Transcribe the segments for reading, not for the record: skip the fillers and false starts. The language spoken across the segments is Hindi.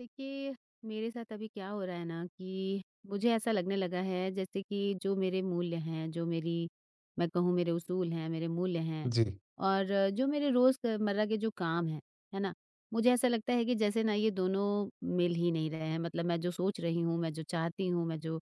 देखिए, मेरे साथ अभी क्या हो रहा है ना कि मुझे ऐसा लगने लगा है जैसे कि जो मेरे मूल्य हैं, जो मेरी मैं कहूँ मेरे उसूल हैं, मेरे मूल्य हैं जी, और जो मेरे रोज़मर्रा के जो काम हैं, है ना? मुझे ऐसा लगता है कि जैसे ना ये दोनों मिल ही नहीं रहे हैं। मतलब मैं जो सोच रही हूँ, मैं जो चाहती हूँ, मैं जो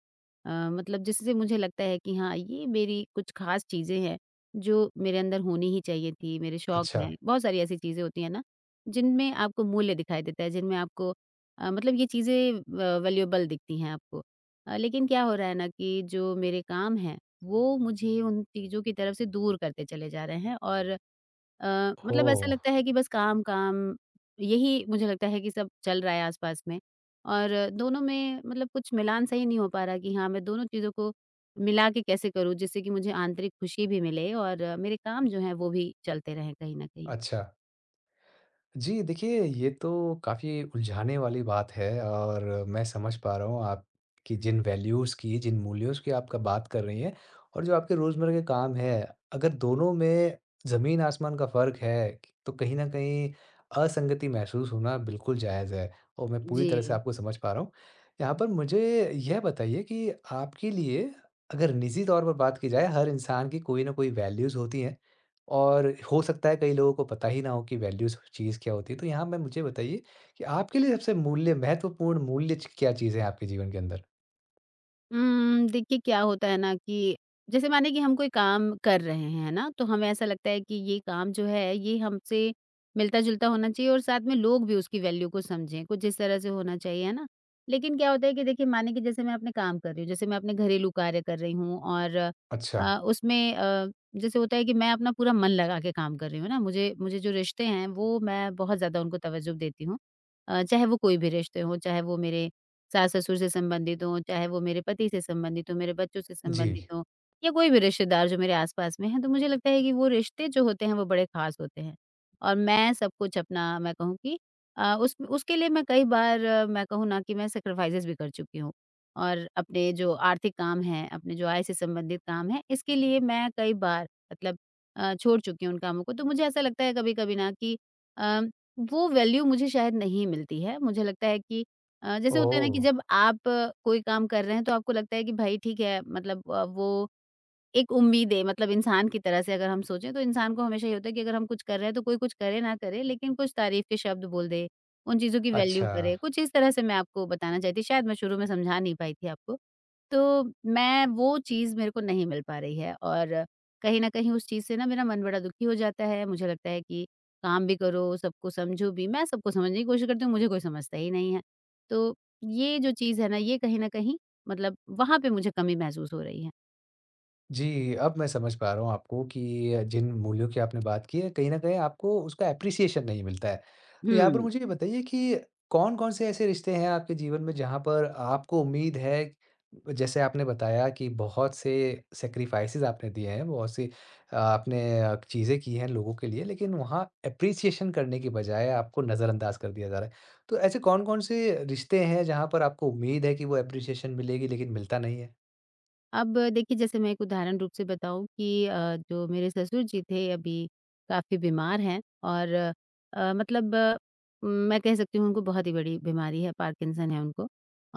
मतलब जिससे मुझे लगता है कि हाँ, ये मेरी कुछ ख़ास चीज़ें हैं जो मेरे अंदर होनी ही चाहिए थी, मेरे शौक अच्छा। हैं। बहुत सारी ऐसी चीज़ें होती हैं ना, जिनमें आपको मूल्य दिखाई देता है, जिनमें आपको मतलब ये चीज़ें व वैल्यूएबल दिखती हैं आपको। लेकिन क्या हो रहा है ना कि जो मेरे काम हैं, वो मुझे उन चीज़ों की तरफ से दूर करते चले जा रहे हैं और मतलब ऐसा ओह! लगता है कि बस काम, काम यही मुझे लगता है कि सब चल रहा है आस-पास में और दोनों में मतलब कुछ मिलान सही नहीं हो पा रहा कि हाँ, मैं दोनों चीज़ों को मिला के कैसे करूँ जिससे कि मुझे आंतरिक खुशी भी मिले और मेरे काम जो हैं वो भी चलते रहें कहीं न कहीं। अच्छा। जी, देखिए, ये तो काफ़ी उलझाने वाली बात है और मैं समझ पा रहा हूँ आप कि जिन वैल्यूज़ की, जिन मूल्यों की आपका बात कर रही हैं और जो आपके रोज़मर्रा के काम हैं, अगर दोनों में ज़मीन-आसमान का फ़र्क है, तो कहीं न कहीं असंगति महसूस होना बिल्कुल जायज़ है और मैं पूरी जी। तरह से आपको समझ पा रहा हूँ। यहाँ पर मुझे यह बताइए कि आपके लिए, अगर निजी तौर पर बात की जाए, हर इंसान की कोई न कोई वैल्यूज़ होती हैं। और हो सकता है कई लोगों को पता ही ना हो कि वैल्यूज़ चीज़ क्या होती है। तो यहाँ मैं मुझे बताइए कि आपके लिए सबसे मूल्य महत्वपूर्ण मूल्य च क्या चीज़ है आपके जीवन के अंदर? देखिए क्या होता है ना कि जैसे माने कि हम कोई काम कर रहे हैं, है ना? तो हमें ऐसा लगता है कि ये काम जो है ये हमसे मिलता-जुलता होना चाहिए और साथ में लोग भी उसकी वैल्यू को समझें, कुछ इस तरह से होना चाहिए, है ना? लेकिन क्या होता है कि देखिए माने कि जैसे मैं अपने काम कर रही हूँ, जैसे मैं अपने घरेलू कार्य कर रही हूँ और अच्छा। अ, उसमें अ, जैसे होता है कि मैं अपना पूरा मन लगा के काम कर रही हूँ ना, मुझे मुझे जो रिश्ते हैं वो मैं बहुत ज़्यादा उनको तवज्जो देती हूँ। चाहे वो कोई भी रिश्ते हों, चाहे वो मेरे सास-ससुर से संबंधित हों, चाहे वो मेरे पति से संबंधित हों, मेरे बच्चों से जी। संबंधित हों या कोई भी रिश्तेदार जो मेरे आस-पास में हैं, तो मुझे लगता है कि वो रिश्ते जो होते हैं, वो बड़े ख़ास होते हैं। और मैं सब कुछ अपना मैं कहूँ कि अ, उस उसके लिए मैं कई बार मैं कहूँ ना कि मैं सैक्रिफाइसेज़ भी कर चुकी हूँ। और अपने जो आर्थिक काम हैं, अपने जो आय से संबंधित काम हैं, इसके लिए मैं कई बार मतलब छोड़ चुकी हूँ उन कामों को। तो मुझे ऐसा लगता है कभी-कभी ना कि अ, वो वैल्यू मुझे शायद नहीं मिलती है। मुझे लगता है कि जैसे होता है ना कि जब ओह! आप कोई काम कर रहे हैं तो आपको लगता है कि भाई ठीक है मतलब वो एक उम्मीद है मतलब इंसान की तरह से अगर हम सोचें तो इंसान को हमेशा ये होता है कि अगर हम कुछ कर रहे हैं तो कोई कुछ करे ना करे लेकिन कुछ तारीफ के शब्द बोल दे, उन चीज़ों की वैल्यू अच्छा। करे, कुछ इस तरह से मैं आपको बताना चाहती शायद मैं शुरू में समझा नहीं पाई थी आपको। तो मैं वो चीज़ मेरे को नहीं मिल पा रही है और कहीं न कहीं उस चीज़ से ना मेरा मन बड़ा दुखी हो जाता है, मुझे लगता है कि काम भी करो, सबको समझो भी, मैं सबको समझने की कोशिश करती हूँ, मुझे कोई समझता ही नहीं है। तो ये जो चीज़ है ना ये कहीं न कहीं मतलब वहाँ पे मुझे कमी महसूस हो रही है। जी, अब मैं समझ पा रहा हूँ आपको कि जिन मूल्यों की आपने बात की है, कहीं न कहीं आपको उसका एप्रिसिएशन नहीं मिलता है। तो यहाँ पर हुँ। मुझे ये बताइए कि कौन-कौन से ऐसे रिश्ते हैं आपके जीवन में, जहाँ पर आपको उम्मीद है, जैसे आपने बताया कि बहुत से सैक्रिफाइसेज़ आपने दिए हैं, बहुत सी आपने चीज़ें की हैं लोगों के लिए, लेकिन वहाँ एप्रिसिएशन करने के बजाय आपको नज़रअंदाज कर दिया जा रहा है। तो ऐसे कौन-कौन से रिश्ते हैं जहाँ पर आपको उम्मीद है कि वो एप्रिसिएशन मिलेगी लेकिन मिलता नहीं है? अब देखिए जैसे मैं एक उदाहरण रूप से बताऊँ कि जो मेरे ससुर जी थे अभी काफ़ी बीमार हैं और मतलब अ, मैं कह सकती हूँ उनको बहुत ही बड़ी बीमारी है, पार्किंसन है उनको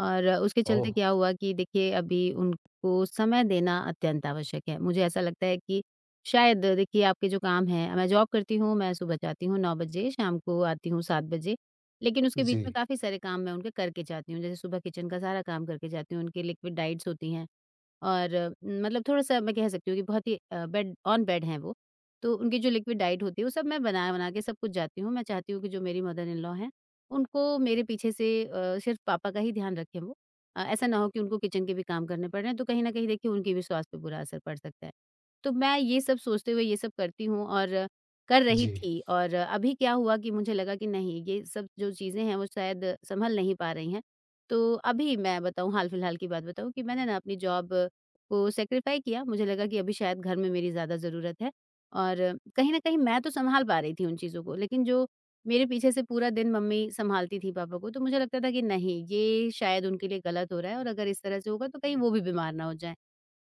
और उसके चलते ओह! क्या हुआ कि देखिए अभी उनको समय देना अत्यंत आवश्यक है। मुझे ऐसा लगता है कि शायद देखिए आपके जो काम हैं मैं जॉब करती हूँ, मैं सुबह जाती हूँ 9 बजे, शाम को आती हूँ 7 बजे, लेकिन उसके बीच में जी, काफ़ी सारे काम मैं उनके करके जाती हूँ। जैसे सुबह किचन का सारा काम करके जाती हूँ, उनकी लिक्विड डाइट्स होती हैं, और मतलब थोड़ा-सा मैं कह सकती हूँ कि बहुत ही बेड ऑन बेड हैं वो। तो उनकी जो लिक्विड डाइट होती है वो सब मैं बना-बना के सब कुछ जाती हूँ। मैं चाहती हूँ कि जो मेरी मदर इन लॉ हैं, उनको मेरे पीछे से सिर्फ़ पापा का ही ध्यान रखें वो। ऐसा ना हो कि उनको किचन के भी काम करने पड़ रहे हैं, तो कहीं न कहीं देखिए उनके भी स्वास्थ्य पे बुरा असर पड़ सकता है। तो मैं ये सब सोचते हुए ये सब करती हूँ और अ, कर रही जी। थी और अ, अभी क्या हुआ कि मुझे लगा कि नहीं, ये सब जो चीज़ें हैं वो शायद सँभल नहीं पा रही हैं। तो अभी मैं बताऊँ हाल-फिलहाल की बात बताऊँ कि मैंने ना अपनी जॉब को सैक्रिफाई किया, मुझे लगा कि अभी शायद घर में मेरी ज़्यादा ज़रूरत है और कहीं न कहीं मैं तो सँभाल पा रही थी उन चीज़ों को, लेकिन जो मेरे पीछे से पूरा दिन मम्मी सँभालती थी पापा को, तो मुझे लगता था कि नहीं, ये शायद उनके लिए गलत हो रहा है और अगर इस तरह से होगा तो कहीं वो भी बीमार ना हो जाएँ।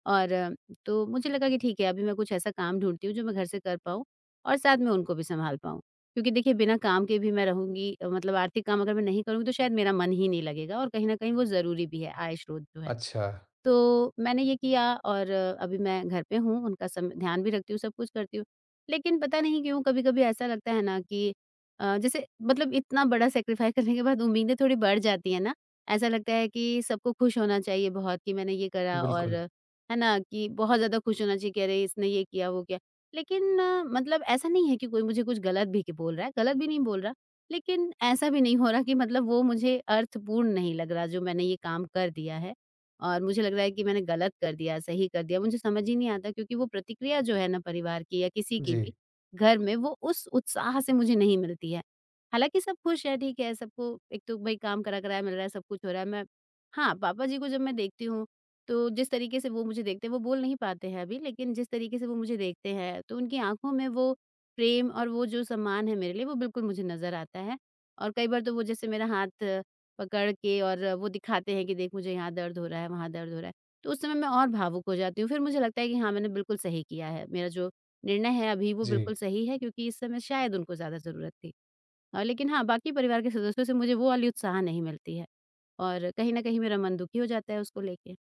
और तो मुझे लगा कि ठीक है, अभी मैं कुछ ऐसा काम ढूँढती हूँ जो मैं घर से कर पाऊँ और साथ में उनको भी सँभाल पाऊँ। क्योंकि देखिए, बिना काम के भी मैं रहूँगी मतलब आर्थिक काम अगर मैं नहीं करूँगी तो शायद मेरा मन ही नहीं लगेगा और कहीं न कहीं वो ज़रूरी भी है, आय स्रोत जो है। अच्छा, तो मैंने ये किया और अभी मैं घर पे हूँ, उनका सम ध्यान भी रखती हूँ, सब कुछ करती हूँ। लेकिन पता नहीं क्यों कभी-कभी ऐसा लगता है ना कि जैसे मतलब इतना बड़ा सैक्रिफाइस करने के बाद उम्मीदें थोड़ी बढ़ जाती हैं ना। ऐसा लगता है कि सबको खुश होना चाहिए बहुत कि मैंने ये करा और बिल्कुल। है ना, कि बहुत ज़्यादा खुश होना चाहिए कि अरे इसने ये किया, वो किया। लेकिन मतलब ऐसा नहीं है कि कोई मुझे कुछ गलत भी बोल रहा है, गलत भी नहीं बोल रहा, लेकिन ऐसा भी नहीं हो रहा कि मतलब वो मुझे अर्थपूर्ण नहीं लग रहा जो मैंने ये काम कर दिया है। और मुझे लग रहा है कि मैंने गलत कर दिया, सही कर दिया, मुझे समझ ही नहीं आता क्योंकि वो प्रतिक्रिया जो है ना परिवार की या किसी की जी, भी, घर में वो उस उत्साह से मुझे नहीं मिलती है। हालाँकि सब खुश है, ठीक है, सबको एक तो भई काम करा कराया मिल रहा है, सब कुछ हो रहा है, मैं हाँ, पापा जी को जब मैं देखती हूँ, तो जिस तरीके से वो मुझे देखते हैं वो बोल नहीं पाते हैं अभी, लेकिन जिस तरीके से वो मुझे देखते हैं, तो उनकी आँखों में वो प्रेम और वो जो सम्मान है मेरे लिए, वो बिल्कुल मुझे नज़र आता है। और कई बार तो वो जैसे मेरा हाथ पकड़ के और वो दिखाते हैं कि देख मुझे यहाँ दर्द हो रहा है, वहाँ दर्द हो रहा है। तो उस समय मैं और भावुक हो जाती हूँ, फिर मुझे लगता है कि हाँ, मैंने बिल्कुल सही किया है। मेरा जो निर्णय है अभी वो बिल्कुल जी, सही है क्योंकि इस समय शायद उनको ज़्यादा ज़रूरत थी। लेकिन हाँ, बाकी परिवार के सदस्यों से मुझे वो वाली उत्साह नहीं मिलती है और कहीं न कहीं मेरा मन दुखी हो जाता है उसको लेके।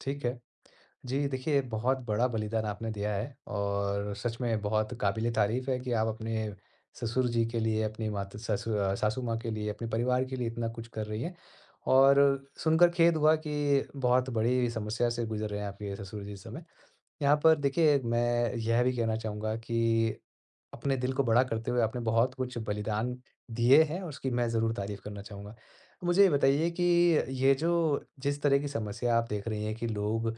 ठीक है। जी, देखिए, बहुत बड़ा बलिदान आपने दिया है और सच में बहुत काबिले तारीफ़ है कि आप अपने ससुर जी के लिए, अपनी सासू माँ के लिए, अपने परिवार के लिए इतना कुछ कर रही हैं। और सुनकर खेद हुआ कि बहुत बड़ी समस्या से गुज़र रहे हैं आपके ससुर जी इस समय। यहाँ पर देखिए, मैं यह भी कहना चाहूँगा कि अपने दिल को बड़ा करते हुए आपने बहुत कुछ बलिदान दिए हैं, और उसकी मैं ज़रूर तारीफ़ करना चाहूँगा। मुझे ये बताइए कि ये जो जिस तरह की समस्या आप देख रही हैं कि लोग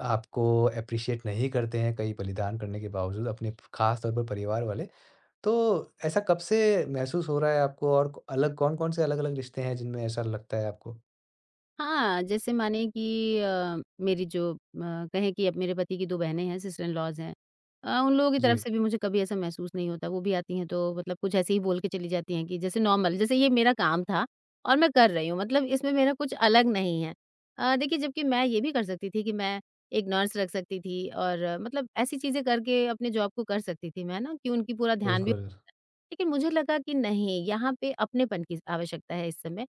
आपको एप्रिशिएट नहीं करते हैं, कई बलिदान करने के बावजूद, अपने ख़ास तौर पर परिवार वाले, तो ऐसा कब से महसूस हो रहा है आपको और अलग कौन-कौन से अलग-अलग रिश्ते हैं जिनमें ऐसा लगता है आपको? हाँ, जैसे माने कि मेरी जो कहें कि अब मेरे पति की 2 बहनें हैं, सिस्टर इन लॉज़ हैं। उन लोगों की तरफ जी, से भी मुझे कभी ऐसा महसूस नहीं होता, वो भी आती हैं तो मतलब कुछ ऐसे ही बोल के चली जाती हैं कि जैसे नॉर्मल जैसे ये मेरा काम था और मैं कर रही हूँ, मतलब इसमें मेरा कुछ अलग नहीं है। देखिए जबकि मैं ये भी कर सकती थी कि मैं एक नर्स रख सकती थी और मतलब ऐसी चीज़ें करके अपने जॉब को कर सकती थी मैं ना, कि उनकी पूरा ध्यान भी बिल्कुल, लेकिन मुझे लगा कि नहीं, यहाँ पे अपनेपन की आवश्यकता है इस समय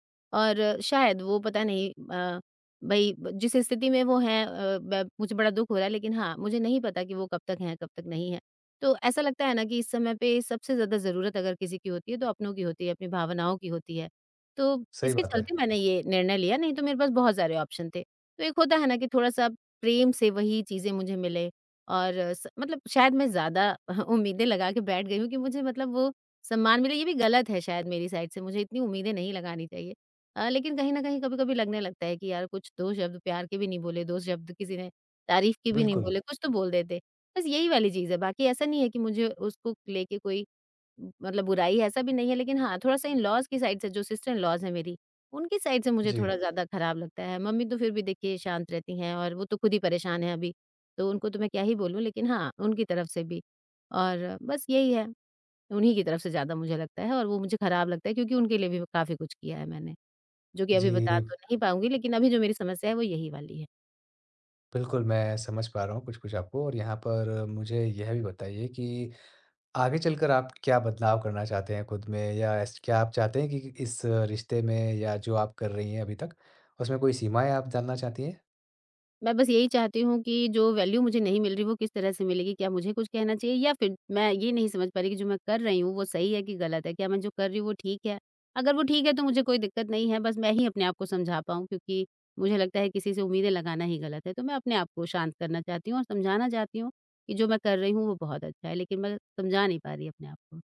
और शायद वो पता नहीं अ, भई ब जिस स्थिति में वो हैं अ, ब मुझे बड़ा दुःख हो रहा है लेकिन हाँ, मुझे नहीं पता कि वो कब तक हैं, कब तक नहीं हैं। तो ऐसा लगता है ना कि इस समय पे सबसे ज़्यादा ज़रूरत अगर किसी की होती है तो अपनों की होती है, अपनी भावनाओं की होती है। तो सही इसके हुँ। बात है। चलते मैंने ये निर्णय लिया, नहीं तो मेरे पास बहुत सारे ऑप्शन थे। तो एक होता है ना कि थोड़ा-सा प्रेम से वही चीज़ें मुझे मिले और स मतलब शायद मैं ज़्यादा उम्मीदें लगा के बैठ गई हूँ कि मुझे मतलब वो सम्मान मिले ये भी गलत है शायद मेरी साइड से, मुझे इतनी उम्मीदें नहीं लगानी चाहिए। लेकिन कहीं न कहीं कभी-कभी लगने लगता है कि यार कुछ 2 शब्द प्यार के भी नहीं बोले, 2 शब्द किसी ने तारीफ़ की भी नहीं बिल्कुल, बोले, कुछ तो बोल देते। बस यही वाली चीज़ है, बाकी ऐसा नहीं है कि मुझे उसको लेके कोई मतलब बुराई है, ऐसा भी नहीं है लेकिन हाँ, थोड़ा-सा इन-लॉज़ की साइड से जो सिस्टर इन-लॉज़ हैं मेरी, उनकी साइड से मुझे जी, थोड़ा ज़्यादा खराब लगता है। मम्मी तो फिर भी देखिए शांत रहती हैं और वो तो खुद ही परेशान हैं अभी, तो उनको तो मैं क्या ही बोलूँ लेकिन हाँ, उनकी तरफ से भी। और बस यही है। उन्हीं की तरफ से ज़्यादा मुझे लगता है और वो मुझे खराब लगता है क्योंकि उनके लिए भी काफ़ी कुछ किया है मैंने, जो कि अभी बता जी। तो नहीं पाऊँगी लेकिन अभी जो मेरी समस्या है वो यही वाली है। बिल्कुल, मैं समझ पा रहा हूँ कुछ-कुछ आपको और यहाँ पर मुझे यह भी बताइए कि आगे चलकर आप क्या बदलाव करना चाहते हैं खुद में, या ऐस क्या आप चाहते हैं कि इस रिश्ते में या जो आप कर रही हैं अभी तक, उसमें कोई सीमाएँ आप जानना चाहती हैं? मैं बस यही चाहती हूँ कि जो वैल्यू मुझे नहीं मिल रही वो किस तरह से मिलेगी? क्या मुझे कुछ कहना चाहिए या फिर मैं ये नहीं समझ पा रही कि जो मैं कर रही हूँ वो सही है कि गलत है? क्या मैं जो कर रही हूँ वो ठीक है? अगर वो ठीक है तो मुझे कोई दिक्कत नहीं है बस मैं ही अपने आप को समझा पाऊँ क्योंकि मुझे लगता है किसी से उम्मीदें लगाना ही गलत है। तो मैं अपने आप को शांत करना चाहती हूँ और समझाना चाहती हूँ कि जो मैं कर रही हूँ वो बहुत अच्छा है लेकिन मैं समझा नहीं पा रही अपने आप को।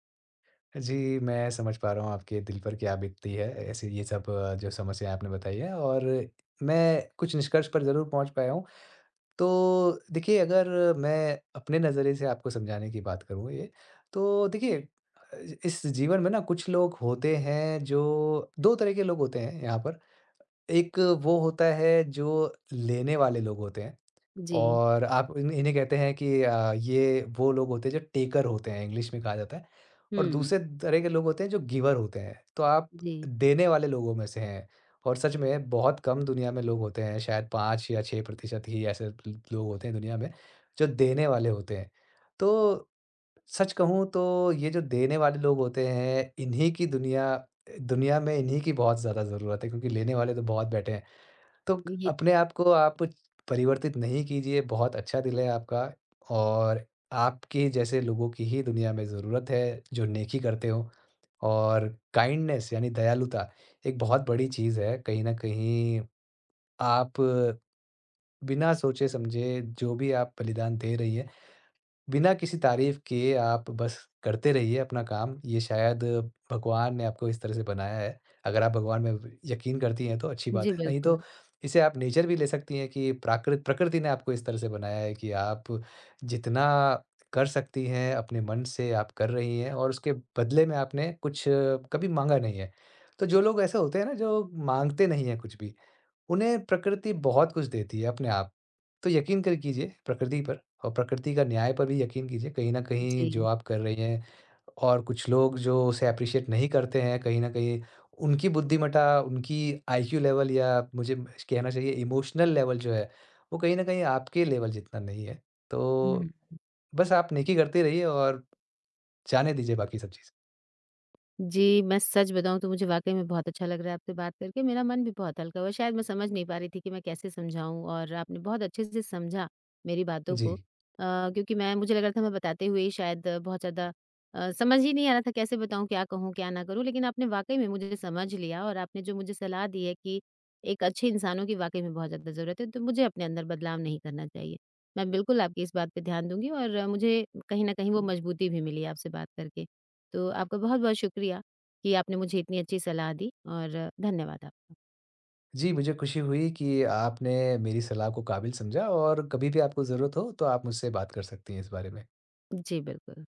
जी, मैं समझ पा रहा हूँ आपके दिल पर क्या बीतती है, ऐसे ये सब, जो समस्याएँ आपने बताई हैं, और मैं कुछ निष्कर्ष पर ज़रूर पहुँच पाया हूँ। तो देखिए, अगर मैं अपने नज़रिए से आपको समझाने की बात करूँ ये, तो देखिए, अ, इस जीवन में ना, कुछ लोग होते हैं जो 2 तरह के लोग होते हैं यहाँ पर। एक वो होता है जो लेने वाले लोग होते हैं। जी, और आप इन इन्हें कहते हैं कि ये वो लोग होते हैं जो टेकर होते हैं, इंग्लिश में कहा जाता है। और हुँ, दूसरे तरह के लोग होते हैं जो गिवर होते हैं। तो आप जी, देने वाले लोगों में से हैं और सच में बहुत कम दुनिया में लोग होते हैं, शायद 5 या 6% ही ऐसे ल लोग होते हैं दुनिया में, जो देने वाले होते हैं। तो सच कहूँ तो, ये जो देने वाले लोग होते हैं, इन्हीं की दुनिया दुनिया में इन्हीं की बहुत ज़्यादा ज़रूरत है, क्योंकि लेने वाले तो बहुत बैठे हैं। तो क ये अपने आप को आप परिवर्तित नहीं कीजिए, बहुत अच्छा दिल है आपका। और आपके जैसे लोगों की ही दुनिया में ज़रूरत है, जो नेकी करते हों। और काइंडनेस यानी दयालुता एक बहुत बड़ी चीज़ है। कहीं न कहीं आप बिना सोचे-समझे जो भी आप बलिदान दे रही हैं, बिना किसी तारीफ़ के आप बस करते रहिए अपना काम। ये शायद भगवान ने आपको इस तरह से बनाया है। अगर आप भगवान में व यकीन करती हैं तो अच्छी बात जी, है, नहीं तो बिल्कुल, इसे आप नेचर भी ले सकती हैं कि प्राकृत प्रकृति ने आपको इस तरह से बनाया है कि आप जितना कर सकती हैं अपने मन से आप कर रही हैं, और उसके बदले में आपने कुछ कभी माँगा नहीं है। तो जो लोग ऐसे होते हैं ना, जो माँगते नहीं हैं कुछ भी, उन्हें प्रकृति बहुत कुछ देती है अपने आप। तो यकीन कर कीजिए प्रकृति पर, और प्रकृति का न्याय पर भी यकीन कीजिए। कहीं न कहीं जो जी, आप कर रही हैं, और कुछ लोग जो उसे एप्रिशिएट नहीं करते हैं, कहीं न कहीं उनकी बुद्धिमत्ता, उनकी आईक्यू लेवल, या मुझे कहना चाहिए इमोशनल लेवल जो है, वो कहीं न कहीं आपके लेवल जितना नहीं है। हुँ। तो बस आप नेकी करते रहिए, और जाने दीजिए बाकी सब चीज़। जी, मैं सच बताऊँ तो मुझे वाक़ई में बहुत अच्छा लग रहा है आपसे बात करके, मेरा मन भी बहुत हल्का हुआ। शायद मैं समझ नहीं पा रही थी कि मैं कैसे समझाऊँ और आपने बहुत अच्छे से समझा मेरी बातों जी। को। क्योंकि मैं मुझे लग रहा था मैं बताते हुए ही शायद समझ ही नहीं आ रहा था कैसे बताऊँ, क्या कहूँ, क्या ना करूँ। लेकिन आपने वाक़ई में मुझे समझ लिया और आपने जो मुझे सलाह दी है कि एक अच्छे इंसानों की वाक़ई में बहुत ज़्यादा ज़रूरत है, तो मुझे अपने अंदर बदलाव नहीं करना चाहिए। मैं बिल्कुल आपकी इस बात पे ध्यान दूँगी और मुझे कहीं न कहीं वो मजबूती भी मिली आपसे बात करके। तो आपका बहुत बहुत शुक्रिया कि आपने मुझे इतनी अच्छी सलाह दी और धन्यवाद आपका। जी, मुझे खुशी हुई कि आपने मेरी सलाह को काबिल समझा, और कभी भी आपको ज़रूरत हो, तो आप मुझसे बात कर सकती हैं इस बारे में। जी बिल्कुल।